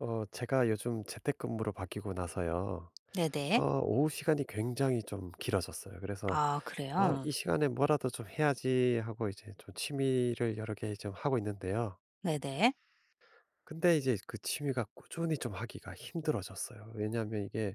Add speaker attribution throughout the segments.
Speaker 1: 제가 요즘 재택근무로 바뀌고 나서요.
Speaker 2: 네네.
Speaker 1: 오후 시간이 굉장히 좀 길어졌어요. 그래서
Speaker 2: 아, 그래요?
Speaker 1: 이 시간에 뭐라도 좀 해야지 하고 이제 좀 취미를 여러 개 좀 하고 있는데요.
Speaker 2: 네네.
Speaker 1: 근데 이제 그 취미가 꾸준히 좀 하기가 힘들어졌어요. 왜냐하면 이게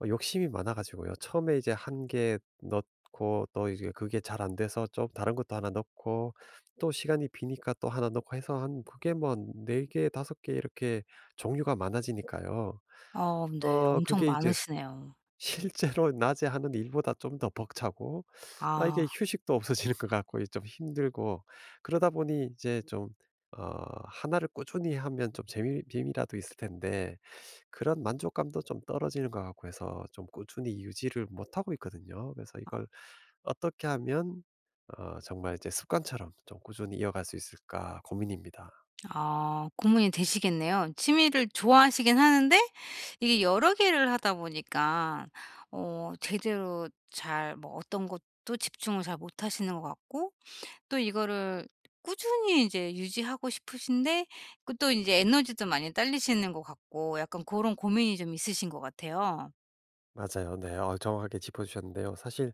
Speaker 1: 욕심이 많아가지고요. 처음에 이제 한 개 넣고 또 이제 그게 잘 안 돼서 좀 다른 것도 하나 넣고 또 시간이 비니까 또 하나 넣고 해서, 한 그게 뭐 네 개, 다섯 개 이렇게 종류가 많아지니까요.
Speaker 2: 어, 네. 엄청
Speaker 1: 그게 이제 스
Speaker 2: 많으시네요.
Speaker 1: 실제로 낮에 하는 일보다 좀 더 벅차고, 아 이게
Speaker 2: 아.
Speaker 1: 휴식도 없어지는 것 같고 이 좀 힘들고, 그러다 보니 이제 좀 어 하나를 꾸준히 하면 좀 재미라도 있을 텐데 그런 만족감도 좀 떨어지는 것 같고 해서 좀 꾸준히 유지를 못하고 있거든요. 그래서 이걸 어떻게 하면 정말 이제 습관처럼 좀 꾸준히 이어갈 수 있을까 고민입니다.
Speaker 2: 아, 고민이 되시겠네요. 취미를 좋아하시긴 하는데 이게 여러 개를 하다 보니까 제대로 잘 뭐 어떤 것도 집중을 잘 못하시는 것 같고 또 이거를 꾸준히 이제 유지하고 싶으신데 그 또 이제 에너지도 많이 딸리시는 것 같고 약간 그런 고민이 좀 있으신 것 같아요.
Speaker 1: 맞아요. 네. 정확하게 짚어주셨는데요. 사실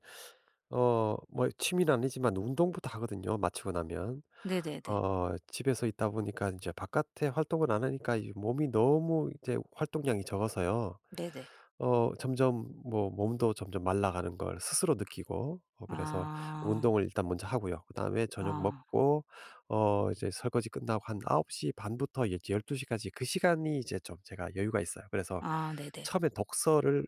Speaker 1: 뭐 취미는 아니지만 운동부터 하거든요, 마치고 나면.
Speaker 2: 네네네.
Speaker 1: 집에서 있다 보니까 이제 바깥에 활동을 안 하니까 이 몸이 너무 이제 활동량이 적어서요.
Speaker 2: 네네.
Speaker 1: 점점 뭐 몸도 점점 말라가는 걸 스스로 느끼고, 그래서
Speaker 2: 아.
Speaker 1: 운동을 일단 먼저 하고요. 그다음에 저녁
Speaker 2: 아.
Speaker 1: 먹고 이제 설거지 끝나고 한9시 반 부터 이제 1 2시 까지, 그 시간이 이제 좀 제가 여유가 있어요. 그래서
Speaker 2: 아, 네네.
Speaker 1: 처음에 독서를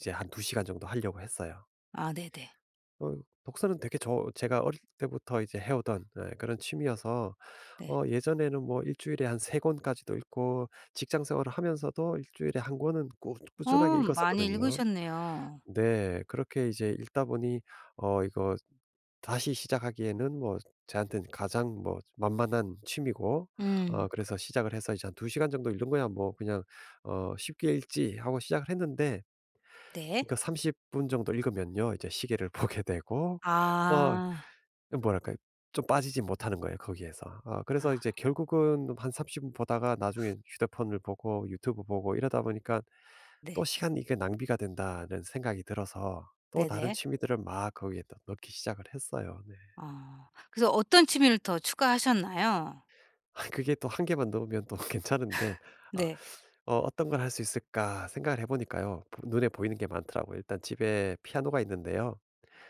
Speaker 1: 이제 한 2 시간 정도 하려고 했어요.
Speaker 2: 아, 네네.
Speaker 1: 어 독서는 되게 제가 어릴 때부터 이제 해오던, 예, 그런 취미여서
Speaker 2: 네.
Speaker 1: 예전에는 뭐 일 주일에 한 3 권까지도 읽고 직장 생활을 하면서도 일 주일에 한 권은 꾸
Speaker 2: 어,
Speaker 1: 꾸준하게
Speaker 2: 많이
Speaker 1: 읽었었거든요.
Speaker 2: 읽으셨네요.
Speaker 1: 네. 그렇게 이제 읽다 보니 이거 다시 시작하기에는 뭐 저한테는 가장 뭐 만만한 취미고,
Speaker 2: 음.
Speaker 1: 그래서 시작을 해서 이제 한 2 시간 정도 읽는 거야 뭐 그냥 '쉽게 읽지.' 하고 시작을 했는데,
Speaker 2: 네.
Speaker 1: 이거 30분 정도 읽으면요 이제 시계를 보게 되고, 어
Speaker 2: 아.
Speaker 1: 뭐랄까요. 좀 빠지지 못하는 거예요, 거기에서. 아, 그래서
Speaker 2: 아,
Speaker 1: 이제 결국은 한 30분 보다가 나중에 휴대폰을 보고 유튜브 보고 이러다 보니까 '또
Speaker 2: 네.
Speaker 1: 시간 이 게 낭비가 된다.'는 생각이 들어서 또 다른
Speaker 2: 네네.
Speaker 1: 취미들을 막 거기에 또 넣기 시작을 했어요. 네.
Speaker 2: 어. 그래서 어떤 취미를 더 추가하셨나요?
Speaker 1: 그게 또 한 개만 넣으면 또 괜찮은데, 아,
Speaker 2: 네.
Speaker 1: '어떤 걸 할 수 있을까?' 생각을 해 보니까요, 보 눈에 보이는 게 많더라고요. 일단 집에 피아노가 있는데요.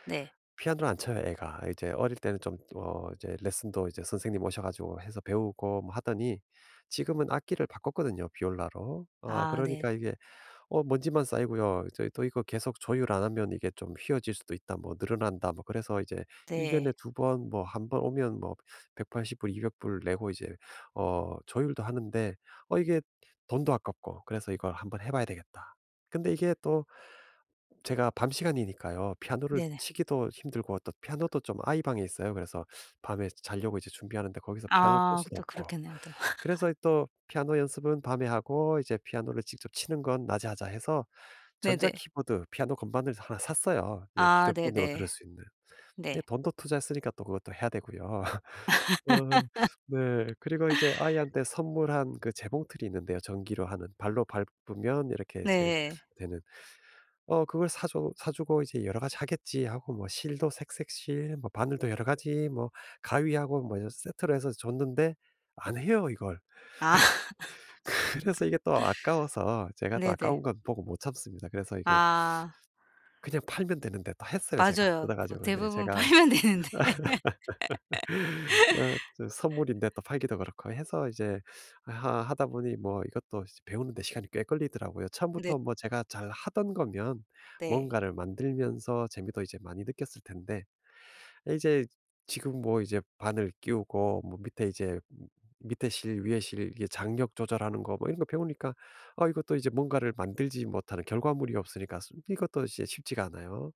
Speaker 2: 네.
Speaker 1: 피아노를 안 쳐요, 애가. 이제 어릴 때는 좀 이제 레슨도 이제 선생님 오셔 가지고 해서 배우고 뭐 하더니 지금은 악기를 바꿨거든요, 비올라로. 아
Speaker 2: 아, 네.
Speaker 1: 그러니까 이게 먼지만 쌓이고요. 이제 또 이거 계속 조율 안 하면 이게 좀 휘어질 수도 있다, 뭐 늘어난다 뭐 그래서 이제 1
Speaker 2: 네.
Speaker 1: 년에 두 번, 뭐 한 번 오면 뭐 180불, 200불 내고 이제 조율도 하는데, 이게 돈도 아깝고 그래서 '이걸 한번 해 봐야 되겠다.' 근데 이게 또 제가 밤 시간이니까요. 피아노를
Speaker 2: 네네.
Speaker 1: 치기도 힘들고 또 피아노도 좀 아이 방에 있어요. 그래서 밤에 자려고 이제 준비하는데 거기서 피아노를 칠
Speaker 2: 아,
Speaker 1: 수도
Speaker 2: 또
Speaker 1: 없고.
Speaker 2: 그렇겠네요 또.
Speaker 1: 그래서 또 피아노 연습은 밤에 하고 이제 피아노를 직접 치는 건 낮에 하자 해서 전자
Speaker 2: 네네.
Speaker 1: 키보드 피아노 건반을 하나 샀어요. 예,
Speaker 2: 아,
Speaker 1: 휴대폰으로
Speaker 2: 네네.
Speaker 1: 들을 수 있는. 예,
Speaker 2: 네.
Speaker 1: 돈도 투자했으니까 또 그것도 해야 되고요. 어, 네. 그리고 이제 아이한테 선물한 그 재봉틀이 있는데요. 전기로 하는, 발로 밟으면 이렇게 이제
Speaker 2: 네.
Speaker 1: 되는, 그걸 사줘 사주고 이제 여러 가지 하겠지 하고, 뭐 실도 색색실 뭐 바늘도 여러 가지 뭐 가위하고 뭐 세트로 해서 줬는데 안 해요, 이걸.
Speaker 2: 아.
Speaker 1: 그래서 이게 또 아까워서, 제가 또
Speaker 2: 네네.
Speaker 1: 아까운 건 보고 못 참습니다. 그래서 이게
Speaker 2: 아.
Speaker 1: 그냥 팔면 되는데 또 했어요, 제가.
Speaker 2: 맞아요,
Speaker 1: 뜯어
Speaker 2: 뭐
Speaker 1: 가지고, 네
Speaker 2: 대부분
Speaker 1: 제가
Speaker 2: 팔면 되는데.
Speaker 1: 저, 선물인데 또 팔기도 그렇고 해서 이제 하 하다 보니 뭐 이것도 이제 배우는 데 시간이 꽤 걸리더라고요.
Speaker 2: 네.
Speaker 1: 처음부터 뭐 제가 잘하던 거면
Speaker 2: 네.
Speaker 1: 뭔가를 만들면서 재미도 이제 많이 느꼈을 텐데, 이제 지금 뭐 이제 바늘 끼우고 뭐 밑에 이제 밑에 실 위에 실 이게 장력 조절하는 거 뭐 이런 거 배우니까, 아 이것도 이제, 뭔가를 만들지 못하는, 결과물이 없으니까 수 이것도 이제 쉽지가 않아요.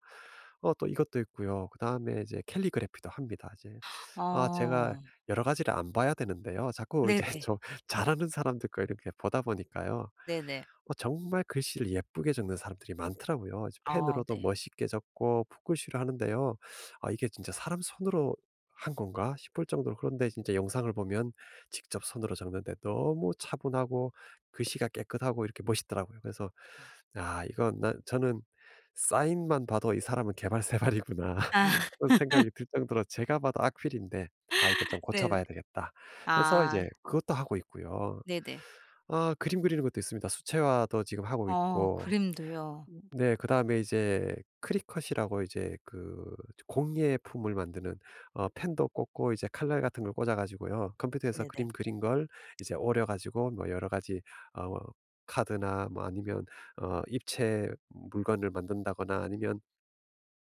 Speaker 1: 또 이것도 있고요. 그다음에 이제 캘리그래피도 합니다. 이제, 아 제가
Speaker 2: 어.
Speaker 1: 여러 가지를 안 봐야 되는데요. 자꾸 이제
Speaker 2: 네네.
Speaker 1: 잘하는 사람들 거 이렇게 보다 보니까요.
Speaker 2: 네네.
Speaker 1: 정말 글씨를 예쁘게 적는 사람들이 많더라고요. 이제
Speaker 2: 어,
Speaker 1: 펜으로도
Speaker 2: 네.
Speaker 1: 멋있게 적고 붓글씨로 하는데요. '아 이게 진짜 사람 손으로 한 건가?' 싶을 정도로, 그런데 진짜 영상을 보면 직접 손으로 적는데 너무 차분하고 글씨가 깨끗하고 이렇게 멋있더라고요. 그래서 '아, 이건 나 저는 사인만 봐도, 이 사람은 개발세발이구나.'
Speaker 2: 아.
Speaker 1: 그런 생각이 들 정도로 제가 봐도 악필인데, '아 이거 좀 고쳐
Speaker 2: 네네.
Speaker 1: 봐야 되겠다.' 해서
Speaker 2: 아,
Speaker 1: 이제 그것도 하고 있고요.
Speaker 2: 네네.
Speaker 1: 아, 그림 그리는 것도 있습니다. 수채화도 지금 하고
Speaker 2: 어,
Speaker 1: 있고.
Speaker 2: 그림도요.
Speaker 1: 네. 그다음에 이제 크리컷이라고, 이제 그 공예품을 만드는, 펜도 꽂고 이제 칼날 같은 걸 꽂아 가지고요, 컴퓨터에서
Speaker 2: 네네.
Speaker 1: 그림 그린 걸 이제 오려 가지고, 뭐 여러 가지 어 카드나, 뭐 아니면 입체 물건을 만든다거나, 아니면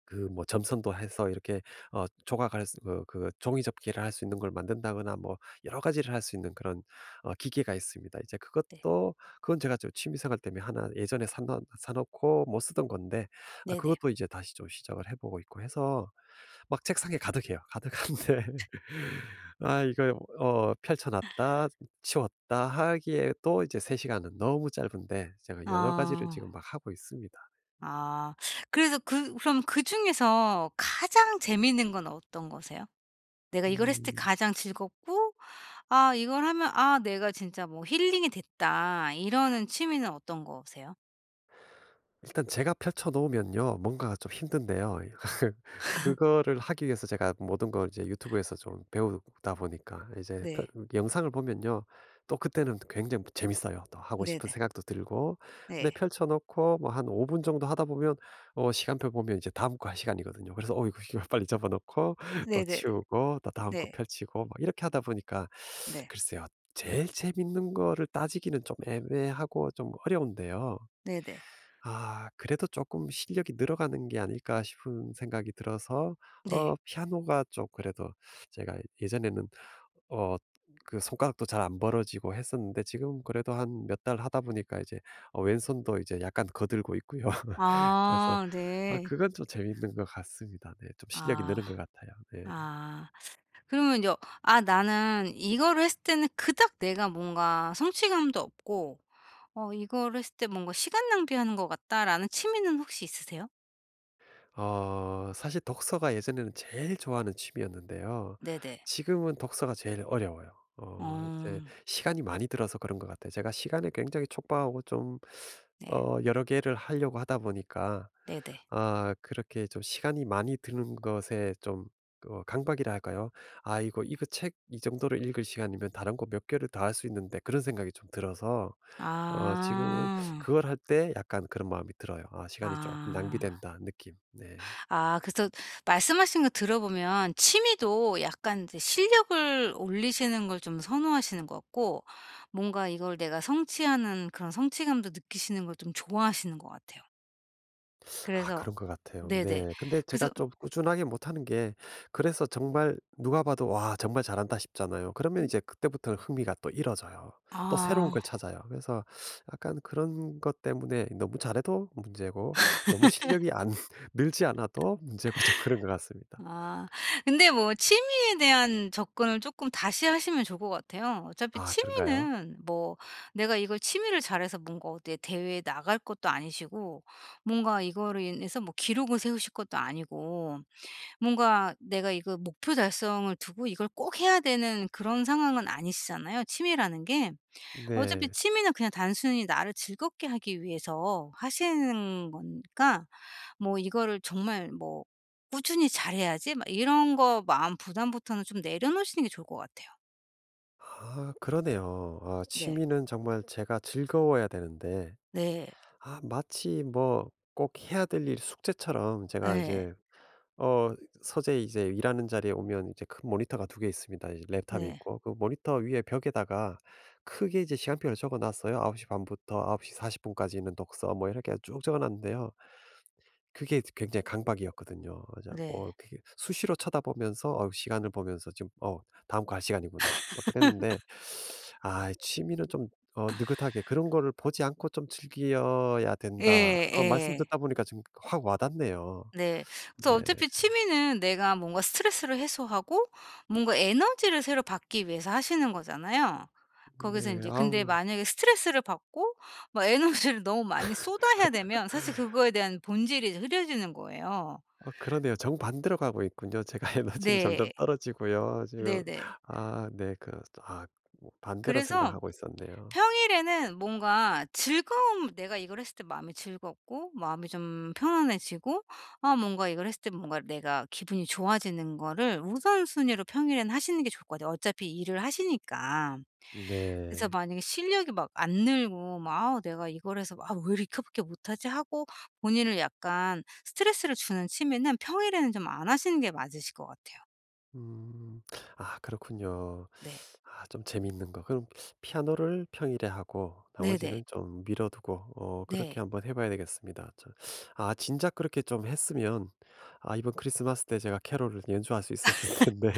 Speaker 1: 그 뭐 점선도 해서 이렇게 어 조각할 수 그 종이 접기를 할 수 있는 걸 만든다거나 뭐 여러 가지를 할 수 있는, 그런 기계가 있습니다. 이제
Speaker 2: 네.
Speaker 1: 그것도, 그건 제가 저 취미 생활 때문에 하나 예전에 사놓 사 놓고 못 쓰던 건데, 아
Speaker 2: 네네.
Speaker 1: 그것도 이제 다시 좀 시작을 해 보고 있고 해서 막 책상에 가득해요. 가득한데 아 이걸, 펼쳐 놨다 치웠다 하기에 또 이제 3 시간은 너무 짧은데, 제가 여러 가지를
Speaker 2: 아.
Speaker 1: 지금 막 하고 있습니다.
Speaker 2: 아. 그래서 그 그럼 그중에서 가장 재밌는 건 어떤 거세요? 내가 이걸 했을 때
Speaker 1: 음.
Speaker 2: 가장 즐겁고 '아, 이걸 하면 아 내가 진짜 뭐 힐링이 됐다.' 이러는 취미는 어떤 거세요?
Speaker 1: 일단 제가 펼쳐 놓으면요, 뭔가 좀 힘든데요. 그거를 하기 위해서 제가 모든 걸 이제 유튜브에서 좀 배우다 보니까, 이제 펴
Speaker 2: 네.
Speaker 1: 영상을 보면요, 또 그때는 굉장히 재밌어요. 또 하고 싶은
Speaker 2: 네네.
Speaker 1: 생각도 들고. 근데
Speaker 2: 네.
Speaker 1: 펼쳐 놓고 뭐 한 5분 정도 하다 보면 시간표 보면 이제 다음 거 할 시간이거든요. 그래서 이거 이거 빨리 접어 놓고 또
Speaker 2: 네네.
Speaker 1: 치우고 또 다음 거
Speaker 2: 네.
Speaker 1: 펼치고 막 이렇게 하다 보니까.
Speaker 2: 네.
Speaker 1: 글쎄요, 제일 재밌는 거를 따지기는 좀 애매하고 좀 어려운데요.
Speaker 2: 네네.
Speaker 1: 아 그래도 조금 실력이 늘어가는 게 아닐까 싶은 생각이 들어서,
Speaker 2: 네.
Speaker 1: 피아노가 좀 그래도, 제가 예전에는 어 그 손가락도 잘 안 벌어지고 했었는데 지금 그래도 한 몇 달 하다 보니까 이제 왼손도 이제 약간 거들고 있고요. 그래서
Speaker 2: 아,
Speaker 1: 아,
Speaker 2: 네.
Speaker 1: 그건 좀 재밌는 것 같습니다. 네. 좀 실력이
Speaker 2: 아.
Speaker 1: 느는 것 같아요. 네.
Speaker 2: 아. 그러면 이제 아 나는 이거를 했을 때는 그닥 내가 뭔가 성취감도 없고 이거를 했을 때 뭔가 '시간 낭비하는 것 같다.'라는 취미는 혹시 있으세요?
Speaker 1: 사실 독서가 예전에는 제일 좋아하는 취미였는데요.
Speaker 2: 네네.
Speaker 1: 지금은 독서가 제일 어려워요.
Speaker 2: 어,
Speaker 1: 이제 시간이 많이 들어서 그런 것 같아요. 제가 시간에 굉장히 촉박하고, 좀
Speaker 2: 네.
Speaker 1: 여러 개를 하려고 하다 보니까,
Speaker 2: 네네.
Speaker 1: 아 그렇게 좀 시간이 많이 드는 것에 좀 강박이라 할까요? '아 이거 책 이 정도로 읽을 시간이면 다른 거 몇 개를 더 할 수 있는데.' 그런 생각이 좀 들어서 지금은
Speaker 2: 아.
Speaker 1: 그걸 할 때 약간 그런 마음이 들어요. '아 시간이 조금
Speaker 2: 아.
Speaker 1: 낭비된다.' 느낌. 네.
Speaker 2: 아, 그래서 말씀하신 거 들어보면 취미도 약간 이제 실력을 올리시는 걸 좀 선호하시는 것 같고 뭔가 이걸 내가 성취하는 그런 성취감도 느끼시는 걸 좀 좋아하시는 것 같아요.
Speaker 1: 아,
Speaker 2: 그래서
Speaker 1: 그런 것 같아요.
Speaker 2: 네네.
Speaker 1: 네. 근데 제가
Speaker 2: 그래서
Speaker 1: 좀 꾸준하게 못하는 게, 그래서 정말 누가 봐도 '와, 정말 잘한다.' 싶잖아요. 그러면 이제 그때부터 흥미가 또 잃어져요. 또 새로운
Speaker 2: 아.
Speaker 1: 걸 찾아요. 그래서 약간 그런 것 때문에 너무 잘해도 문제고, 너무 실력이 안 늘지 않아도 문제고, 좀 그런 것 같습니다.
Speaker 2: 아. 근데 뭐 취미에 대한 접근을 조금 다시 하시면 좋을 것 같아요. 어차피
Speaker 1: 아 그런가요?
Speaker 2: 취미는 뭐 내가 이걸 취미를 잘해서 뭔가 어디에 대회에 나갈 것도 아니시고 뭔가 이거로 인해서 뭐 기록을 세우실 것도 아니고 뭔가 내가 이거 목표 달성을 두고 이걸 꼭 해야 되는 그런 상황은 아니시잖아요, 취미라는 게. 어차피
Speaker 1: 네.
Speaker 2: 취미는 그냥 단순히 나를 즐겁게 하기 위해서 하시는 거니까 뭐 이거를 정말 뭐 '꾸준히 잘해야지.' 막 이런 거 마음 부담부터는 좀 내려놓으시는 게 좋을 것 같아요.
Speaker 1: 아 그러네요. 아
Speaker 2: 네.
Speaker 1: 취미는 정말 제가 즐거워야 되는데,
Speaker 2: 네.
Speaker 1: 아 마치 뭐 꼭 해야 될 일, 숙제처럼 제가
Speaker 2: 예.
Speaker 1: 이제, 어 서재 이제 일하는 자리에 오면 이제 큰 모니터가 두 개 있습니다. 이제 랩탑이
Speaker 2: 네.
Speaker 1: 있고, 그 모니터 위에 벽에다가 크게 이제 시간표를 적어 놨어요. 9시 반 부터 9:40 분까지는 독서, 뭐 이렇게 쭉 적어 놨는데요. 그게 굉장히 강박이었거든요. 그래서
Speaker 2: 네.
Speaker 1: 그게 수시로 쳐다보면서 시간을 보면서, 지금 '어, 다음 거 할 시간이구나.' 막 그랬는데, 아 취미는 좀 느긋하게 '그런 거를 보지 않고 좀 즐겨야 된다.' 말씀
Speaker 2: 예예.
Speaker 1: 듣다 보니까 지금 확 와 닿네요.
Speaker 2: 네. 그래서
Speaker 1: 네.
Speaker 2: 어차피 취미는 내가 뭔가 스트레스를 해소하고 뭔가 에너지를 새로 받기 위해서 하시는 거잖아요. 거기서
Speaker 1: 네.
Speaker 2: 인제 근데
Speaker 1: 아우.
Speaker 2: 만약에 스트레스를 받고 막 에너지를 너무 많이 쏟아야 되면 사실 그거에 대한 본질이 흐려지는 거예요.
Speaker 1: 그러네요. 정반대로 가고 있군요. 제가 에너지는 점점
Speaker 2: 네.
Speaker 1: 떨어지고요, 지금.
Speaker 2: 네네.
Speaker 1: 아, 네. 아, 뭐 반대로
Speaker 2: 그래서
Speaker 1: 생각하고 있었네요.
Speaker 2: 평일에는 뭔가 즐거움 내가 이걸 했을 때 마음이 즐겁고 마음이 좀 편안해지고 아 뭔가 이걸 했을 때 뭔가 내가 기분이 좋아지는 거를 우선순위로 평일에는 하시는 게 좋을 것 같아요 어차피 일을 하시니까. 그래서
Speaker 1: 네.
Speaker 2: 만약에 실력이 막 안 늘고 막 '아우 내가 이걸 해서 아 왜 이렇게밖에 못하지?' 하고 본인을 약간 스트레스를 주는 취미는 평일에는 좀 안 하시는 게 맞으실 것 같아요.
Speaker 1: 음. 아 그렇군요.
Speaker 2: 네.
Speaker 1: 아, 좀 재밌는 거. 그럼 피아노를 평일에 하고
Speaker 2: 네네.
Speaker 1: 나머지는 좀 미뤄 두고, 그렇게
Speaker 2: 네.
Speaker 1: 한번 해 봐야 되겠습니다. 아 진작 그렇게 좀 했으면, 아 이번 크리스마스 때 제가 캐롤을 연주할 수 있었을 텐데.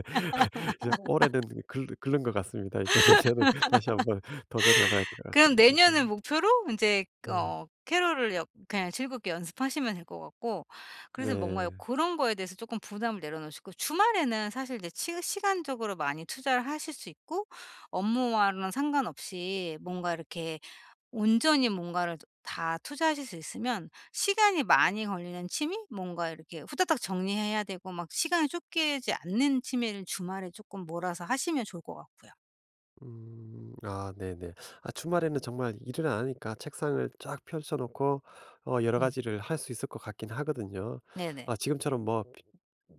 Speaker 1: 이제 올해는 글 글른 것 같습니다. 이제 내년은 다시 한번 도전해 봐야 될 것
Speaker 2: 그럼
Speaker 1: 같습니다. 네.
Speaker 2: 내년을 목표로 이제
Speaker 1: 네.
Speaker 2: 캐롤을 역 그냥 즐겁게 연습하시면 될 것 같고 그래서 뭔가
Speaker 1: 네.
Speaker 2: 그런 거에 대해서 조금 부담을 내려놓으시고 주말에는 사실 이제 치 시간적으로 많이 투자를 하실 수 있고 업무와는 상관없이 뭔가 이렇게 온전히 뭔가를 다 투자하실 수 있으면 시간이 많이 걸리는 취미? 뭔가 이렇게 후다닥 정리해야 되고 막 시간이 쫓기지 않는 취미를 주말에 조금 몰아서 하시면 좋을 것 같고요.
Speaker 1: 음. 아 네네. 아 주말에는 정말 일을 안 하니까 책상을 쫙 펼쳐 놓고 여러
Speaker 2: 음.
Speaker 1: 가지를 할 수 있을 것 같긴 하거든요.
Speaker 2: 네네.
Speaker 1: 아 지금처럼 뭐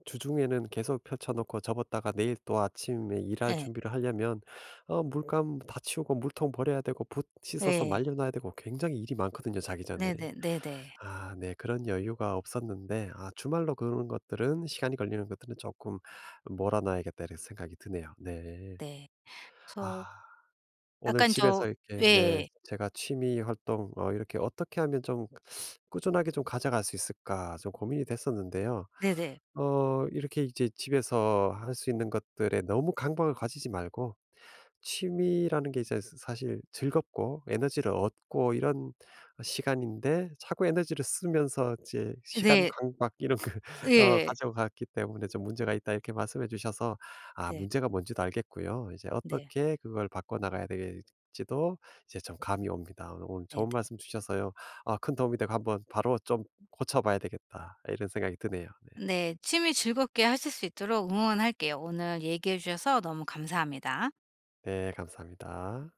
Speaker 1: 주중에는 계속 펼쳐 놓고 접었다가 내일 또 아침에 일할
Speaker 2: 예.
Speaker 1: 준비를 하려면 물감 다 치우고 물통 버려야 되고 붓 씻어서
Speaker 2: 예.
Speaker 1: 말려 놔야 되고 굉장히 일이 많거든요, 자기 전에.
Speaker 2: 네네. 네네.
Speaker 1: 아 네. 그런 여유가 없었는데, 아 주말로 그런 것들은, 시간이 걸리는 것들은 조금 몰아 놔야겠다 이런 생각이 드네요. 네.
Speaker 2: 네. 그래서
Speaker 1: 아. 오늘
Speaker 2: 약간
Speaker 1: 집에서
Speaker 2: 저
Speaker 1: 이렇게, 네
Speaker 2: 예.
Speaker 1: 제가 취미 활동 이렇게 어떻게 하면 좀 꾸준하게 좀 가져갈 수 있을까 좀 고민이 됐었는데요.
Speaker 2: 네네.
Speaker 1: 이렇게 이제 집에서 할 수 있는 것들에 너무 강박을 가지지 말고 취미라는 게 이제 사실 즐겁고 에너지를 얻고 이런 시간인데 자꾸 에너지를 쓰면서 이제 시간
Speaker 2: 네.
Speaker 1: 강박 이런 거
Speaker 2: 예.
Speaker 1: 가져갔기 때문에 좀 문제가 있다 이렇게 말씀해 주셔서 아
Speaker 2: 네.
Speaker 1: 문제가 뭔지도 알겠고요. 이제
Speaker 2: 네.
Speaker 1: 어떻게 그걸 바꿔나가야 되겠지도 이제 좀 감이 옵니다. 오늘
Speaker 2: 네네.
Speaker 1: 좋은 말씀 주셔서요. 아 큰 도움이 되고, 한번 바로 좀 고쳐봐야 되겠다, 이런 생각이 드네요. 네.
Speaker 2: 네. 취미 즐겁게 하실 수 있도록 응원할게요. 오늘 얘기해 주셔서 너무 감사합니다.
Speaker 1: 네 감사합니다.